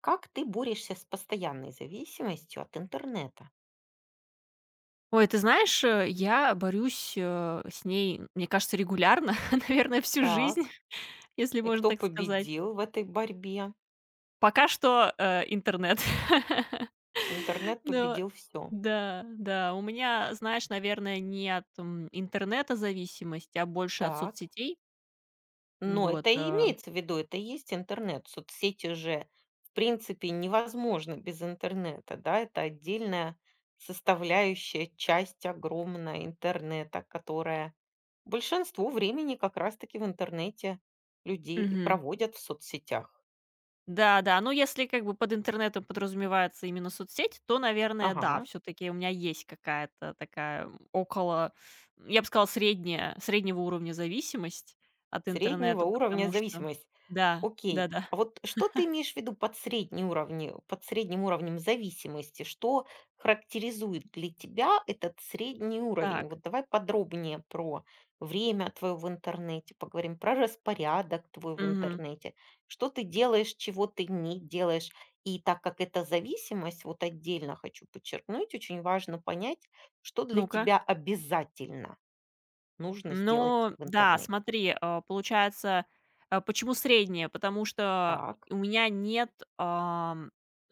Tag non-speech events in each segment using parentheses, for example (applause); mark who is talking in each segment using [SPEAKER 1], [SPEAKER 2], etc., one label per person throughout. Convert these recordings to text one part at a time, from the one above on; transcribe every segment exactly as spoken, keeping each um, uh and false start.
[SPEAKER 1] Как ты борешься с постоянной зависимостью от интернета?
[SPEAKER 2] Ой, ты знаешь, э, я борюсь, э, с ней, мне кажется, регулярно, (laughs) наверное, всю жизнь,
[SPEAKER 1] Так.
[SPEAKER 2] (laughs) если
[SPEAKER 1] И
[SPEAKER 2] можно
[SPEAKER 1] кто
[SPEAKER 2] так сказать.
[SPEAKER 1] победил в этой борьбе?
[SPEAKER 2] Пока что, э, интернет. (laughs)
[SPEAKER 1] Интернет
[SPEAKER 2] Но
[SPEAKER 1] победил все.
[SPEAKER 2] да, да, у меня, знаешь, наверное, не от, м, интернета зависимость, а больше от
[SPEAKER 1] Так.
[SPEAKER 2] соцсетей.
[SPEAKER 1] Но
[SPEAKER 2] Вот.
[SPEAKER 1] это и
[SPEAKER 2] Э,
[SPEAKER 1] имеется в виду, это и есть интернет. Соцсети же, в принципе, невозможно без интернета, да? Это отдельная составляющая, часть огромная интернета, которая большинство времени как раз-таки в интернете людей и
[SPEAKER 2] мгм.
[SPEAKER 1] проводят в соцсетях.
[SPEAKER 2] Да-да, ну, если как бы под интернетом подразумевается именно соцсеть, то, наверное, да,
[SPEAKER 1] Ага.
[SPEAKER 2] все таки у меня есть какая-то такая м, около, я бы сказала, средняя среднего уровня зависимость от
[SPEAKER 1] Среднего
[SPEAKER 2] интернета,
[SPEAKER 1] уровня
[SPEAKER 2] потому что.
[SPEAKER 1] зависимость.
[SPEAKER 2] Да,
[SPEAKER 1] Окей.
[SPEAKER 2] да-да.
[SPEAKER 1] А вот что ты имеешь в виду под средний уровни, под средним уровнем зависимости? Что характеризует для тебя этот средний уровень?
[SPEAKER 2] Так,
[SPEAKER 1] Вот давай подробнее про время твое в интернете, поговорим про распорядок твой в
[SPEAKER 2] мгм.
[SPEAKER 1] интернете. Что ты делаешь, чего ты не делаешь. И так как это зависимость, вот отдельно хочу подчеркнуть, очень важно понять, что для
[SPEAKER 2] Ну-ка.
[SPEAKER 1] тебя обязательно нужно сделать
[SPEAKER 2] Ну
[SPEAKER 1] в
[SPEAKER 2] да,
[SPEAKER 1] интернете.
[SPEAKER 2] смотри, а, получается, а, почему средняя? Потому что
[SPEAKER 1] Так,
[SPEAKER 2] у меня нет, ам,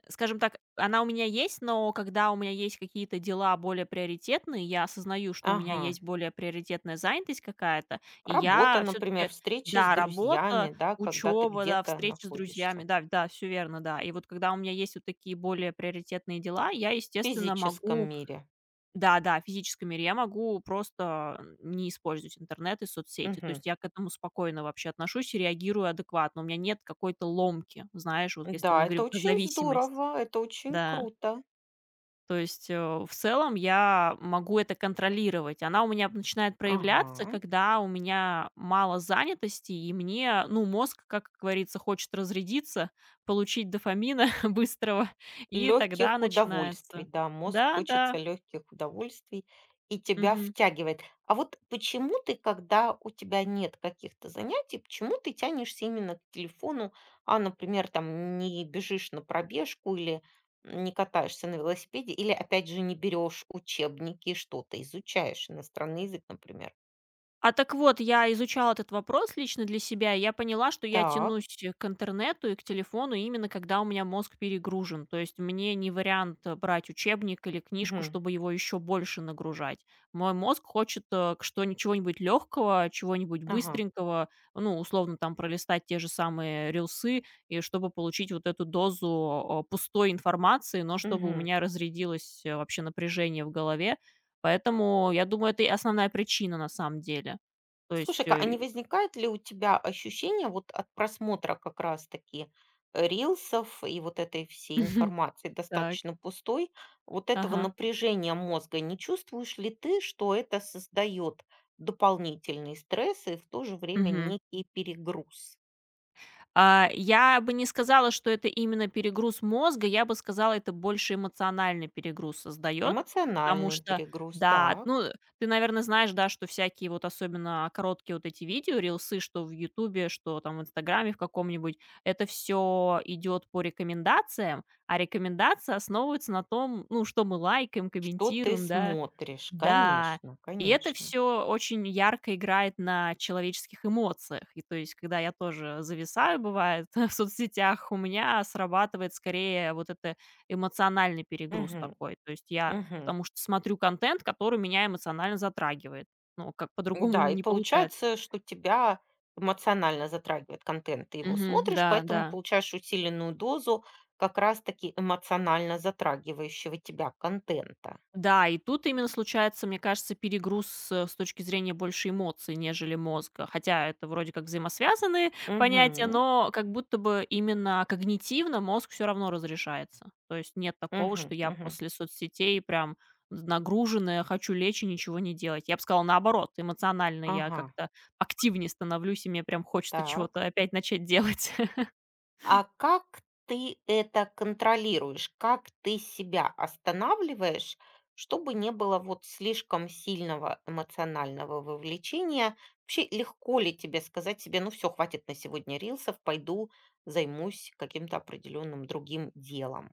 [SPEAKER 2] скажем так, она у меня есть, но когда у меня есть какие-то дела более приоритетные, я осознаю, что у меня
[SPEAKER 1] ага.
[SPEAKER 2] есть более приоритетная занятость какая-то, и
[SPEAKER 1] Работа,
[SPEAKER 2] я
[SPEAKER 1] например,
[SPEAKER 2] все-таки,
[SPEAKER 1] встречи с
[SPEAKER 2] да,
[SPEAKER 1] друзьями,
[SPEAKER 2] работа,
[SPEAKER 1] да, когда ты
[SPEAKER 2] учеба, да,
[SPEAKER 1] где-то
[SPEAKER 2] встречи с
[SPEAKER 1] находишься
[SPEAKER 2] друзьями, да, да, все верно, да. И вот когда у меня есть вот такие более приоритетные дела, я,
[SPEAKER 1] в
[SPEAKER 2] естественно,
[SPEAKER 1] физическом
[SPEAKER 2] могу.
[SPEAKER 1] мире.
[SPEAKER 2] Да-да, физическом мире я могу просто, э, не использовать интернет и соцсети. То
[SPEAKER 1] Мгм.
[SPEAKER 2] есть я к этому спокойно вообще отношусь и реагирую адекватно. У меня нет какой-то ломки, знаешь, вот если мы
[SPEAKER 1] Да, это
[SPEAKER 2] говорим про
[SPEAKER 1] очень
[SPEAKER 2] зависимость.
[SPEAKER 1] здорово, это очень
[SPEAKER 2] Да.
[SPEAKER 1] круто.
[SPEAKER 2] То есть, э, в целом я могу это контролировать. Она у меня начинает проявляться,
[SPEAKER 1] Ага.
[SPEAKER 2] когда у меня мало занятости, и мне, ну, мозг, как говорится, хочет разрядиться, получить дофамина (laughs) быстрого, и тогда
[SPEAKER 1] Легких удовольствий,
[SPEAKER 2] начинается.
[SPEAKER 1] да, мозг хочется
[SPEAKER 2] Да-да.
[SPEAKER 1] легких удовольствий и тебя
[SPEAKER 2] Мгм.
[SPEAKER 1] втягивает. А вот почему ты, когда у тебя нет каких-то занятий, почему ты тянешься именно к телефону, а, например, там не бежишь на пробежку или не катаешься на велосипеде, или, опять же, не берешь учебники, что-то изучаешь, иностранный язык, например.
[SPEAKER 2] А так вот, я изучала этот вопрос лично для себя, и я поняла, что я
[SPEAKER 1] Так.
[SPEAKER 2] тянусь к интернету и к телефону именно когда у меня мозг перегружен. То есть мне не вариант э, брать учебник или книжку,
[SPEAKER 1] Мгм.
[SPEAKER 2] чтобы его еще больше нагружать. Мой мозг хочет э, к что чего-нибудь легкого, чего-нибудь
[SPEAKER 1] Ага.
[SPEAKER 2] быстренького, ну, условно, там пролистать те же самые рилсы, и чтобы получить вот эту дозу э, пустой информации, но чтобы у
[SPEAKER 1] Мгм.
[SPEAKER 2] меня разрядилось э, вообще напряжение в голове. Поэтому, я думаю, это и основная причина на самом деле. То есть,
[SPEAKER 1] Слушай-ка, а
[SPEAKER 2] э,
[SPEAKER 1] не возникает ли у тебя ощущение вот от просмотра как раз-таки э, рилсов и вот этой всей
[SPEAKER 2] (laughs)
[SPEAKER 1] информации
[SPEAKER 2] так,
[SPEAKER 1] достаточно пустой, вот этого
[SPEAKER 2] ага,
[SPEAKER 1] напряжения мозга не чувствуешь ли ты, что это создает дополнительный стресс и в то же время
[SPEAKER 2] мгм.
[SPEAKER 1] некий перегруз?
[SPEAKER 2] А, я бы не сказала, что это именно перегруз мозга, я бы сказала, это больше эмоциональный перегруз создает, потому
[SPEAKER 1] Эмоциональный
[SPEAKER 2] что,
[SPEAKER 1] перегруз,
[SPEAKER 2] да,
[SPEAKER 1] так.
[SPEAKER 2] ну, ты, наверное, знаешь, да, что всякие вот особенно короткие вот эти видео, рилсы, что в «Ютубе», что там в «Инстаграме» в каком-нибудь, это все идет по рекомендациям, а рекомендации основываются на том, ну, что мы лайкаем,
[SPEAKER 1] Что ты
[SPEAKER 2] комментируем, да.
[SPEAKER 1] смотришь?
[SPEAKER 2] Да,
[SPEAKER 1] Конечно,
[SPEAKER 2] и это
[SPEAKER 1] конечно.
[SPEAKER 2] все очень ярко играет на человеческих эмоциях. И то есть, когда я тоже зависаю, бывает, (laughs) в соцсетях, у меня срабатывает скорее вот это эмоциональный перегруз
[SPEAKER 1] Мгм.
[SPEAKER 2] такой. То есть я потому что смотрю контент, который меня эмоционально затрагивает. Ну, как по-другому
[SPEAKER 1] Да, и
[SPEAKER 2] не получается.
[SPEAKER 1] получается, что тебя эмоционально затрагивает контент. Ты его
[SPEAKER 2] Мгм.
[SPEAKER 1] смотришь,
[SPEAKER 2] Да, да.
[SPEAKER 1] поэтому получаешь усиленную дозу как раз-таки эмоционально затрагивающего тебя контента.
[SPEAKER 2] Да, и тут именно случается, мне кажется, перегруз, э, с точки зрения больше эмоций, нежели мозга. Хотя это вроде как взаимосвязанные понятия,
[SPEAKER 1] Угу,
[SPEAKER 2] но как будто бы именно когнитивно мозг все равно разрешается. То есть нет такого,
[SPEAKER 1] угу,
[SPEAKER 2] что я
[SPEAKER 1] угу.
[SPEAKER 2] после соцсетей прям нагруженная, хочу лечь и ничего не делать. Я бы сказала, наоборот, эмоционально я
[SPEAKER 1] Ага,
[SPEAKER 2] как-то активнее становлюсь, и мне прям хочется
[SPEAKER 1] так.
[SPEAKER 2] чего-то опять начать делать.
[SPEAKER 1] А как ты это контролируешь? Как ты себя останавливаешь, чтобы не было вот слишком сильного эмоционального вовлечения? Вообще, легко ли тебе сказать себе, ну все, хватит на сегодня рилсов, пойду займусь каким-то определенным другим делом?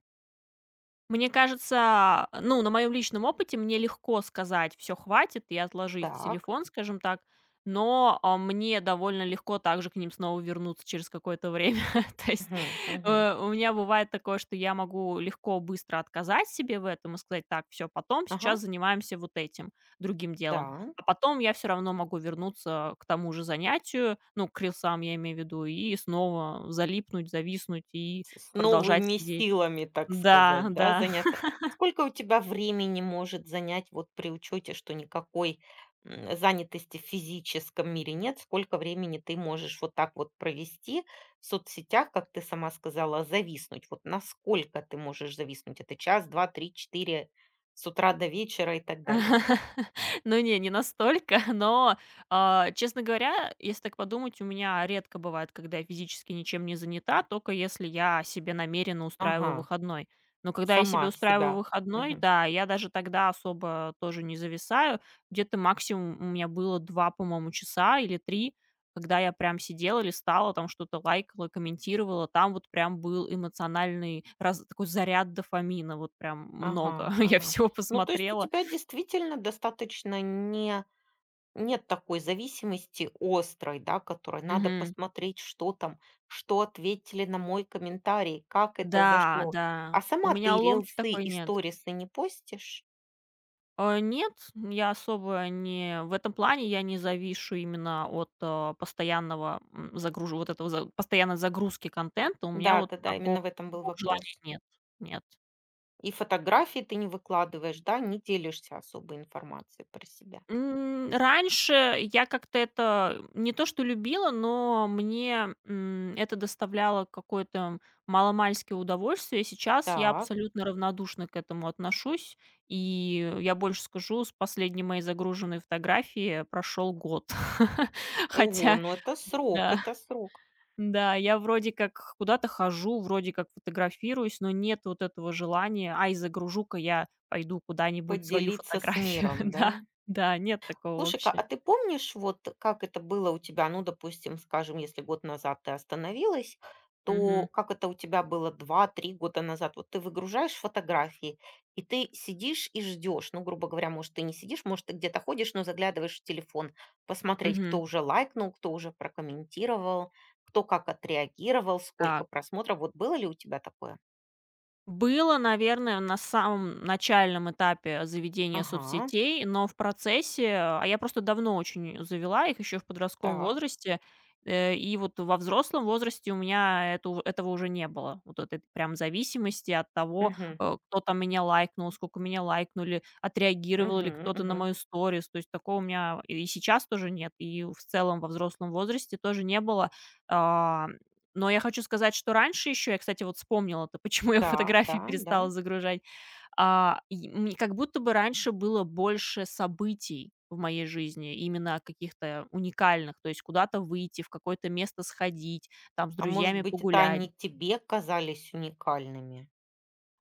[SPEAKER 2] Мне кажется, ну, на моем личном опыте мне легко сказать: «все хватит», и отложить
[SPEAKER 1] Так.
[SPEAKER 2] телефон, скажем так. Но, а, мне довольно легко также к ним снова вернуться через какое-то время. (laughs) То есть,
[SPEAKER 1] Мгм, мгм.
[SPEAKER 2] э, у меня бывает такое, что я могу легко, быстро отказать себе в этом и сказать: «Так, все потом,
[SPEAKER 1] Ага,
[SPEAKER 2] сейчас занимаемся вот этим другим делом».
[SPEAKER 1] да.
[SPEAKER 2] А потом я все равно могу вернуться к тому же занятию, ну, к рилсам, я имею в виду, и снова залипнуть, зависнуть и
[SPEAKER 1] С с
[SPEAKER 2] продолжать
[SPEAKER 1] новыми
[SPEAKER 2] сидеть.
[SPEAKER 1] силами, так
[SPEAKER 2] Да,
[SPEAKER 1] сказать, да,
[SPEAKER 2] да.
[SPEAKER 1] заняться. Сколько у тебя времени может занять, вот при учете, что никакой, м, занятости в физическом мире нет? Сколько времени ты можешь вот так вот провести в соцсетях, как ты сама сказала, зависнуть? Вот насколько ты можешь зависнуть? Это час, два, три, четыре с утра до вечера и так далее?
[SPEAKER 2] (laughs) Ну не, не настолько, (laughs) но, а, честно говоря, если так подумать, у меня редко бывает, когда я физически ничем не занята, только если я себе намеренно устраиваю
[SPEAKER 1] Ага,
[SPEAKER 2] выходной. Но когда я себе
[SPEAKER 1] сама
[SPEAKER 2] устраиваю
[SPEAKER 1] себя.
[SPEAKER 2] выходной,
[SPEAKER 1] Мгм.
[SPEAKER 2] да, я даже тогда особо тоже не зависаю. Где-то максимум у меня было два по-моему, часа или три, когда я прям сидела, листала, там что-то лайкала, комментировала. Там вот прям был эмоциональный раз такой заряд дофамина, вот прям много.
[SPEAKER 1] Ага,
[SPEAKER 2] (laughs) Я
[SPEAKER 1] ага.
[SPEAKER 2] всего
[SPEAKER 1] Ну, то есть у
[SPEAKER 2] посмотрела.
[SPEAKER 1] тебя действительно достаточно не Нет такой зависимости острой, да, которой надо
[SPEAKER 2] Мгм.
[SPEAKER 1] посмотреть, что там, что ответили на мой комментарий, как это
[SPEAKER 2] Да,
[SPEAKER 1] зашло.
[SPEAKER 2] да.
[SPEAKER 1] А
[SPEAKER 2] У
[SPEAKER 1] сама
[SPEAKER 2] меня
[SPEAKER 1] ты
[SPEAKER 2] ломки
[SPEAKER 1] рилсы
[SPEAKER 2] такой
[SPEAKER 1] и
[SPEAKER 2] нет.
[SPEAKER 1] сторисы не постишь?
[SPEAKER 2] Э, нет, я особо не в этом плане я не завишу именно от, э, постоянного, м, загруж вот этого за постоянной загрузки контента. У меня вот
[SPEAKER 1] Да-да-да,
[SPEAKER 2] тако
[SPEAKER 1] именно в этом был
[SPEAKER 2] такого желания
[SPEAKER 1] вопрос.
[SPEAKER 2] нет. Нет.
[SPEAKER 1] И фотографии ты не выкладываешь, да, не делишься особой информацией про себя.
[SPEAKER 2] М, раньше я как-то это не то что любила, но мне, м, это доставляло какое-то маломальское удовольствие. Сейчас я
[SPEAKER 1] Так,
[SPEAKER 2] абсолютно равнодушно к этому отношусь. И я больше скажу, с последней моей загруженной фотографии прошел год. (laughs)
[SPEAKER 1] ого,
[SPEAKER 2] Хотя
[SPEAKER 1] ну это срок,
[SPEAKER 2] да.
[SPEAKER 1] это срок.
[SPEAKER 2] Да, я вроде как куда-то хожу, вроде как фотографируюсь, но нет вот этого желания: «Ай, загружу-ка я пойду куда-нибудь свою
[SPEAKER 1] Поделиться с
[SPEAKER 2] фотографию».
[SPEAKER 1] миром,
[SPEAKER 2] (laughs)
[SPEAKER 1] да?
[SPEAKER 2] Да, да, нет такого
[SPEAKER 1] Слушай-ка, а
[SPEAKER 2] вообще.
[SPEAKER 1] ты помнишь, вот как это было у тебя? Ну, допустим, скажем, если год назад ты остановилась, то
[SPEAKER 2] Мгм,
[SPEAKER 1] как это у тебя было два-три года назад? Вот ты выгружаешь фотографии, и ты сидишь и ждешь. Ну, грубо говоря, может, ты не сидишь, может, ты где-то ходишь, но заглядываешь в телефон, посмотреть, кто
[SPEAKER 2] мгм.
[SPEAKER 1] уже лайкнул, кто уже прокомментировал, кто как отреагировал, сколько
[SPEAKER 2] Так.
[SPEAKER 1] просмотров. Вот было ли у тебя такое?
[SPEAKER 2] Было, наверное, на самом начальном этапе заведения
[SPEAKER 1] Ага,
[SPEAKER 2] соцсетей, но в процессе, а я просто давно очень завела их еще в подростковом
[SPEAKER 1] так.
[SPEAKER 2] возрасте, э, и вот во взрослом возрасте у меня это этого уже не было. Вот этой прям зависимости от того,
[SPEAKER 1] Угу,
[SPEAKER 2] э, кто там меня лайкнул, сколько меня лайкнули, отреагировал
[SPEAKER 1] угу,
[SPEAKER 2] ли кто-то на
[SPEAKER 1] угу.
[SPEAKER 2] мою сторис. То есть такого у меня и сейчас тоже нет, и в целом во взрослом возрасте тоже не было. А, но я хочу сказать, что раньше еще, я, кстати, вот вспомнила-то, (laughs) почему я
[SPEAKER 1] Да, да,
[SPEAKER 2] фотографии
[SPEAKER 1] да.
[SPEAKER 2] перестала загружать. А, и мне как будто бы раньше было больше событий в моей жизни, именно каких-то уникальных, то есть куда-то выйти, в какое-то место сходить, там с
[SPEAKER 1] А может
[SPEAKER 2] друзьями
[SPEAKER 1] быть, это
[SPEAKER 2] погулять.
[SPEAKER 1] они тебе казались уникальными?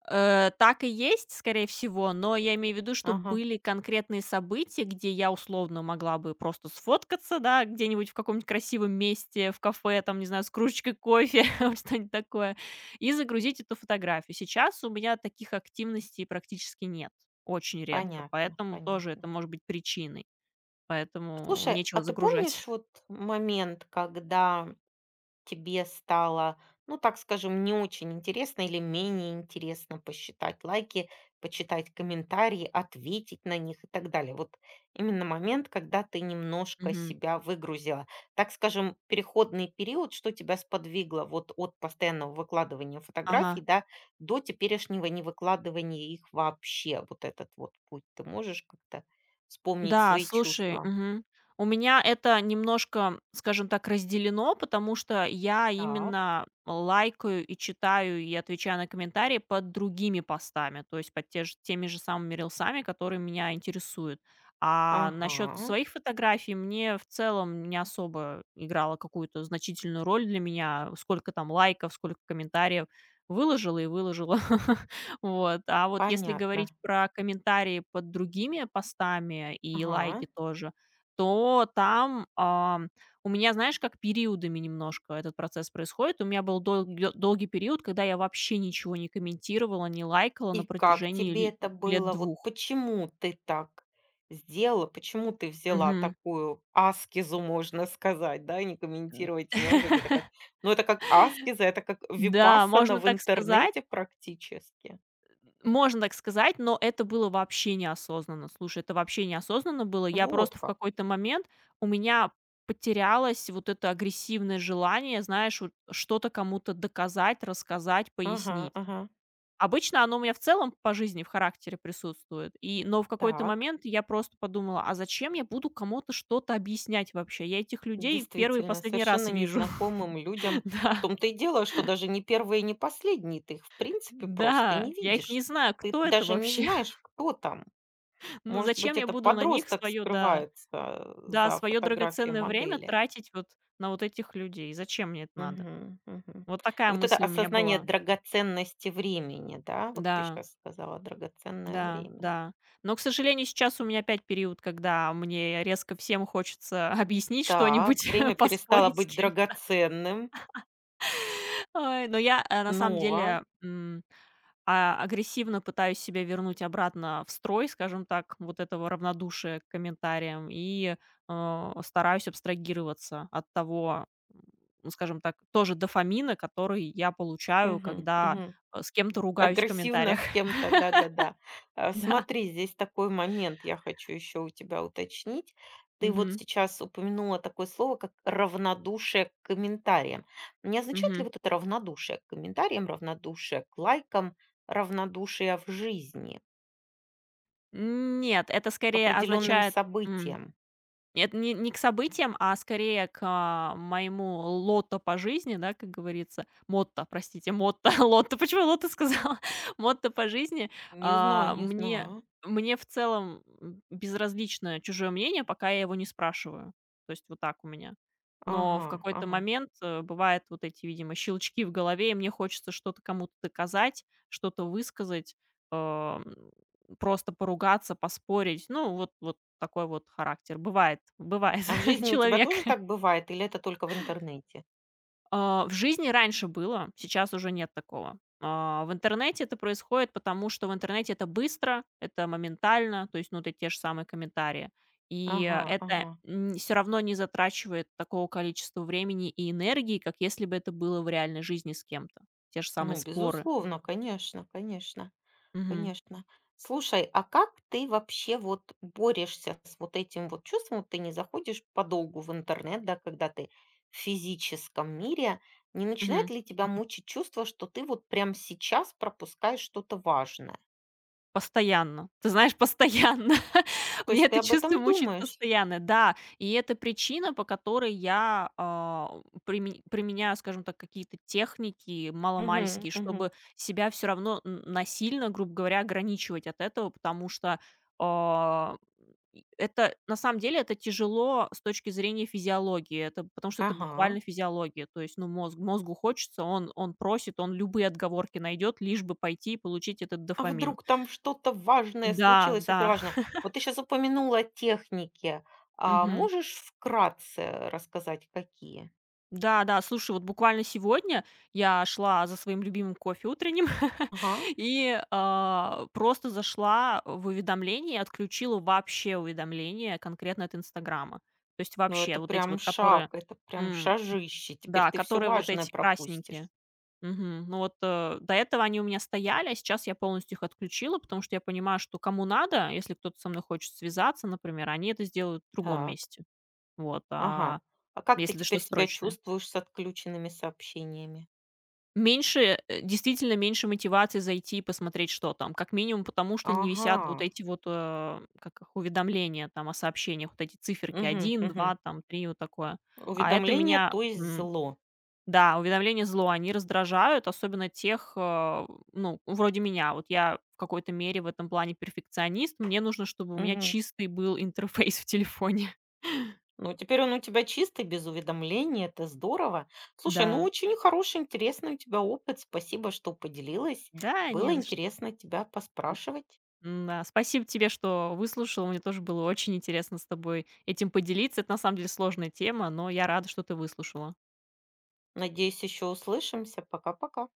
[SPEAKER 2] Э, так и есть, скорее всего, но я имею в виду, что
[SPEAKER 1] Ага,
[SPEAKER 2] были конкретные события, где я условно могла бы просто сфоткаться, да, где-нибудь в каком-нибудь красивом месте, в кафе, там, не знаю, с кружечкой кофе, (laughs) вот что-нибудь такое, и загрузить эту фотографию. Сейчас у меня таких активностей практически нет, очень редко,
[SPEAKER 1] понятно,
[SPEAKER 2] поэтому тоже
[SPEAKER 1] понятно.
[SPEAKER 2] это может быть причиной, поэтому
[SPEAKER 1] Слушай, а
[SPEAKER 2] нечего
[SPEAKER 1] ты
[SPEAKER 2] загружать.
[SPEAKER 1] помнишь вот момент, когда тебе стало, ну, так скажем, не очень интересно или менее интересно посчитать лайки, почитать комментарии, ответить на них и так далее. Вот именно момент, когда ты
[SPEAKER 2] (laughs)
[SPEAKER 1] немножко
[SPEAKER 2] Мгм.
[SPEAKER 1] себя выгрузила. Так скажем, переходный период, что тебя сподвигло вот от постоянного выкладывания фотографий,
[SPEAKER 2] Ага.
[SPEAKER 1] да, до теперешнего невыкладывания их вообще. Вот этот вот путь. Ты можешь как-то вспомнить
[SPEAKER 2] Да,
[SPEAKER 1] свои
[SPEAKER 2] слушай,
[SPEAKER 1] чувства?
[SPEAKER 2] мгм. У меня это немножко, скажем так, разделено, потому что я
[SPEAKER 1] Так,
[SPEAKER 2] именно лайкаю и читаю и отвечаю на комментарии под другими постами, то есть под те же, теми же самыми рилсами, которые меня интересуют. А насчет
[SPEAKER 1] ага,
[SPEAKER 2] своих фотографий мне в целом не особо играло какую-то значительную роль для меня, сколько там лайков, сколько комментариев. Выложила и выложила. (laughs) Вот. А вот если говорить
[SPEAKER 1] понятно.
[SPEAKER 2] про комментарии под другими постами и
[SPEAKER 1] Ага.
[SPEAKER 2] лайки тоже, то там, ам, у меня, знаешь, как периодами немножко этот процесс происходит. У меня был долг долгий период, когда я вообще ничего не комментировала, не лайкала
[SPEAKER 1] И
[SPEAKER 2] на
[SPEAKER 1] как тебе
[SPEAKER 2] протяжении ль
[SPEAKER 1] это
[SPEAKER 2] лет
[SPEAKER 1] было? Вот
[SPEAKER 2] двух.
[SPEAKER 1] почему ты так сделала? Почему ты взяла
[SPEAKER 2] Мгм.
[SPEAKER 1] такую аскезу, можно сказать, да, не комментировать и не лайкать? Это
[SPEAKER 2] (laughs)
[SPEAKER 1] как, ну, это как аскеза, это как
[SPEAKER 2] Да,
[SPEAKER 1] випассана
[SPEAKER 2] можно
[SPEAKER 1] в
[SPEAKER 2] так сказать.
[SPEAKER 1] интернете практически.
[SPEAKER 2] Можно так сказать, но это было вообще неосознанно. Слушай, это вообще неосознанно было. Я
[SPEAKER 1] Вот
[SPEAKER 2] просто в
[SPEAKER 1] как.
[SPEAKER 2] какой-то момент у меня потерялось вот это агрессивное желание, знаешь, вот что-то кому-то доказать, рассказать,
[SPEAKER 1] Ага,
[SPEAKER 2] пояснить.
[SPEAKER 1] ага.
[SPEAKER 2] Обычно оно у меня в целом по жизни, в характере присутствует. И, но в какой-то
[SPEAKER 1] Так,
[SPEAKER 2] момент я просто подумала, а зачем я буду кому-то что-то объяснять вообще? Я этих людей первый и
[SPEAKER 1] действительно,
[SPEAKER 2] последний раз
[SPEAKER 1] совершенно
[SPEAKER 2] вижу.
[SPEAKER 1] незнакомым людям.
[SPEAKER 2] (laughs)
[SPEAKER 1] В
[SPEAKER 2] Да,
[SPEAKER 1] том-то и дело, что даже не первые, не последние, ты их в принципе просто
[SPEAKER 2] да,
[SPEAKER 1] не
[SPEAKER 2] я их
[SPEAKER 1] видишь.
[SPEAKER 2] не знаю,
[SPEAKER 1] Ты
[SPEAKER 2] кто это
[SPEAKER 1] даже не
[SPEAKER 2] вообще.
[SPEAKER 1] знаешь,
[SPEAKER 2] (laughs)
[SPEAKER 1] кто там.
[SPEAKER 2] Ну,
[SPEAKER 1] Может
[SPEAKER 2] зачем
[SPEAKER 1] быть,
[SPEAKER 2] я
[SPEAKER 1] это
[SPEAKER 2] буду на них
[SPEAKER 1] подросток
[SPEAKER 2] свое, да,
[SPEAKER 1] скрывается, э,
[SPEAKER 2] да,
[SPEAKER 1] за
[SPEAKER 2] свое
[SPEAKER 1] фотографией
[SPEAKER 2] драгоценное время
[SPEAKER 1] модели.
[SPEAKER 2] тратить вот на вот этих людей. Зачем мне это надо?
[SPEAKER 1] Мгм, мгм.
[SPEAKER 2] Вот
[SPEAKER 1] И
[SPEAKER 2] такая
[SPEAKER 1] вот это
[SPEAKER 2] мысль у меня
[SPEAKER 1] осознание
[SPEAKER 2] была.
[SPEAKER 1] драгоценности времени, да, вот ты
[SPEAKER 2] Да,
[SPEAKER 1] сейчас сказала, драгоценное
[SPEAKER 2] да,
[SPEAKER 1] время.
[SPEAKER 2] да. Но, к сожалению, сейчас у меня опять период, когда мне резко всем хочется (laughs) объяснить
[SPEAKER 1] Так,
[SPEAKER 2] что-нибудь,
[SPEAKER 1] время
[SPEAKER 2] (laughs)
[SPEAKER 1] перестало
[SPEAKER 2] поспорить с
[SPEAKER 1] быть
[SPEAKER 2] кем-то.
[SPEAKER 1] драгоценным.
[SPEAKER 2] (laughs) Ой, но я, э, на самом
[SPEAKER 1] Ново.
[SPEAKER 2] деле, м А агрессивно пытаюсь себя вернуть обратно в строй, скажем так, вот этого равнодушия к комментариям, и, э, стараюсь абстрагироваться от того, м, ну, скажем так, тоже дофамина, который я получаю,
[SPEAKER 1] Мгм,
[SPEAKER 2] когда,
[SPEAKER 1] мгм.
[SPEAKER 2] э, с кем-то ругаюсь в
[SPEAKER 1] Агрессивно
[SPEAKER 2] комментариях.
[SPEAKER 1] с
[SPEAKER 2] (laughs)
[SPEAKER 1] кем-то, да-да-да. Э,
[SPEAKER 2] Да.
[SPEAKER 1] смотри, здесь такой момент я хочу еще у тебя уточнить. Ты вот
[SPEAKER 2] Мгм.
[SPEAKER 1] сейчас упомянула такое слово, как равнодушие к комментариям. Не означает ли
[SPEAKER 2] Мгм.
[SPEAKER 1] вот это равнодушие к комментариям, равнодушие к лайкам, равнодушие в жизни,
[SPEAKER 2] Нет, это
[SPEAKER 1] к
[SPEAKER 2] скорее
[SPEAKER 1] определенным
[SPEAKER 2] означает.
[SPEAKER 1] событиям?
[SPEAKER 2] Нет, не не к событиям, а скорее к, а, моему лотто по жизни, да, как говорится. Мотто, простите, мотто, (laughs) лотто. Почему я лотто сказала? (laughs) Мотто по жизни.
[SPEAKER 1] Не знаю,
[SPEAKER 2] А,
[SPEAKER 1] не
[SPEAKER 2] мне
[SPEAKER 1] знаю.
[SPEAKER 2] мне в целом, м, безразлично чужое мнение, пока я его не спрашиваю. То есть вот так у меня. Но
[SPEAKER 1] Ага,
[SPEAKER 2] в какой-то
[SPEAKER 1] ага.
[SPEAKER 2] момент, э, бывают вот эти, видимо, щелчки в голове, и мне хочется что-то кому-то доказать, что-то высказать. Эм просто поругаться, поспорить. Ну, вот вот такой вот характер. Бывает бывает
[SPEAKER 1] А в
[SPEAKER 2] (laughs)
[SPEAKER 1] жизни у тебя
[SPEAKER 2] человек.
[SPEAKER 1] тоже так бывает или это только в интернете?
[SPEAKER 2] А, в жизни раньше было, сейчас уже нет такого. А, в интернете это происходит, потому что в интернете это быстро, это моментально, то есть, ну, это те же самые комментарии. И
[SPEAKER 1] Ага,
[SPEAKER 2] это,
[SPEAKER 1] ага.
[SPEAKER 2] все равно не затрачивает такого количества времени и энергии, как если бы это было в реальной жизни с кем-то. Те же самые
[SPEAKER 1] Ну,
[SPEAKER 2] споры.
[SPEAKER 1] безусловно, конечно, конечно,
[SPEAKER 2] Мгм.
[SPEAKER 1] конечно. Слушай, а как ты вообще вот борешься с вот этим вот чувством? Вот ты не заходишь подолгу в интернет, да, когда ты в физическом мире. Не начинает
[SPEAKER 2] Мгм.
[SPEAKER 1] ли тебя мучить чувство, что ты вот прямо сейчас пропускаешь что-то важное?
[SPEAKER 2] Постоянно. Ты знаешь, постоянно. (laughs)
[SPEAKER 1] То
[SPEAKER 2] Мне
[SPEAKER 1] есть ты
[SPEAKER 2] это
[SPEAKER 1] об
[SPEAKER 2] чувство
[SPEAKER 1] этом
[SPEAKER 2] мучает
[SPEAKER 1] думаешь?
[SPEAKER 2] постоянно. Да, и это причина, по которой я, а, приме применяю, скажем так, какие-то техники
[SPEAKER 1] Мгм,
[SPEAKER 2] маломальские,
[SPEAKER 1] мгм.
[SPEAKER 2] чтобы себя все равно н насильно, грубо говоря, ограничивать от этого, потому что, а, и это на самом деле это тяжело с точки зрения физиологии. Это потому что это
[SPEAKER 1] Ага.
[SPEAKER 2] буквально физиология. То есть, ну, мозг мозгу хочется, он он просит, он любые отговорки найдет, лишь бы пойти и получить этот
[SPEAKER 1] А
[SPEAKER 2] дофамин.
[SPEAKER 1] вдруг там что-то важное
[SPEAKER 2] Да,
[SPEAKER 1] случилось,
[SPEAKER 2] да,
[SPEAKER 1] суперважное? Вот ты сейчас упомянула техники. А
[SPEAKER 2] мгм.
[SPEAKER 1] можешь вкратце рассказать, какие?
[SPEAKER 2] Да-да, слушай, вот буквально сегодня я шла за своим любимым кофе утренним (laughs)
[SPEAKER 1] Ага.
[SPEAKER 2] и, а, просто зашла в уведомления и отключила вообще уведомления конкретно от «Инстаграма». То есть
[SPEAKER 1] Ну, это
[SPEAKER 2] вообще вот эти
[SPEAKER 1] прям
[SPEAKER 2] вот, которые
[SPEAKER 1] шаг, это прям
[SPEAKER 2] м,
[SPEAKER 1] шажище. Теперь
[SPEAKER 2] да,
[SPEAKER 1] ты все
[SPEAKER 2] которые вот
[SPEAKER 1] важное
[SPEAKER 2] эти
[SPEAKER 1] пропустишь.
[SPEAKER 2] красненькие. Мгм. Ну вот, э, до этого они у меня стояли, а сейчас я полностью их отключила, потому что я понимаю, что кому надо, если кто-то со мной хочет связаться, например, они это сделают в другом
[SPEAKER 1] Так.
[SPEAKER 2] месте. Вот,
[SPEAKER 1] Ага.
[SPEAKER 2] а
[SPEAKER 1] А как ты
[SPEAKER 2] Если это
[SPEAKER 1] теперь
[SPEAKER 2] что-то
[SPEAKER 1] себя
[SPEAKER 2] срочное.
[SPEAKER 1] чувствуешь с отключенными сообщениями?
[SPEAKER 2] Меньше, э, действительно меньше мотивации зайти и посмотреть, что там. Как минимум потому, что не
[SPEAKER 1] Ага.
[SPEAKER 2] висят вот эти вот, э, как их, уведомления там о сообщениях, вот эти циферки
[SPEAKER 1] Мгм,
[SPEAKER 2] один
[SPEAKER 1] мгм.
[SPEAKER 2] два там три вот такое. А это
[SPEAKER 1] Уведомление,
[SPEAKER 2] меня,
[SPEAKER 1] то есть
[SPEAKER 2] м,
[SPEAKER 1] зло.
[SPEAKER 2] да, уведомления зло, они раздражают, особенно тех, э, ну, вроде меня. Вот я в какой-то мере в этом плане перфекционист. Мне нужно, чтобы у меня
[SPEAKER 1] Мгм.
[SPEAKER 2] чистый был интерфейс в телефоне. (laughs)
[SPEAKER 1] Ну, теперь он у тебя чистый, без уведомлений, это здорово. Слушай, ну
[SPEAKER 2] Да.
[SPEAKER 1] очень хороший, интересный у тебя опыт. Спасибо, что поделилась.
[SPEAKER 2] Да,
[SPEAKER 1] Было
[SPEAKER 2] не за что.
[SPEAKER 1] интересно тебя поспрашивать.
[SPEAKER 2] М-да, спасибо тебе, что выслушала. Мне тоже было очень интересно с тобой этим поделиться. Это на самом деле сложная тема, но я рада, что ты выслушала.
[SPEAKER 1] Надеюсь, еще услышимся. Пока-пока.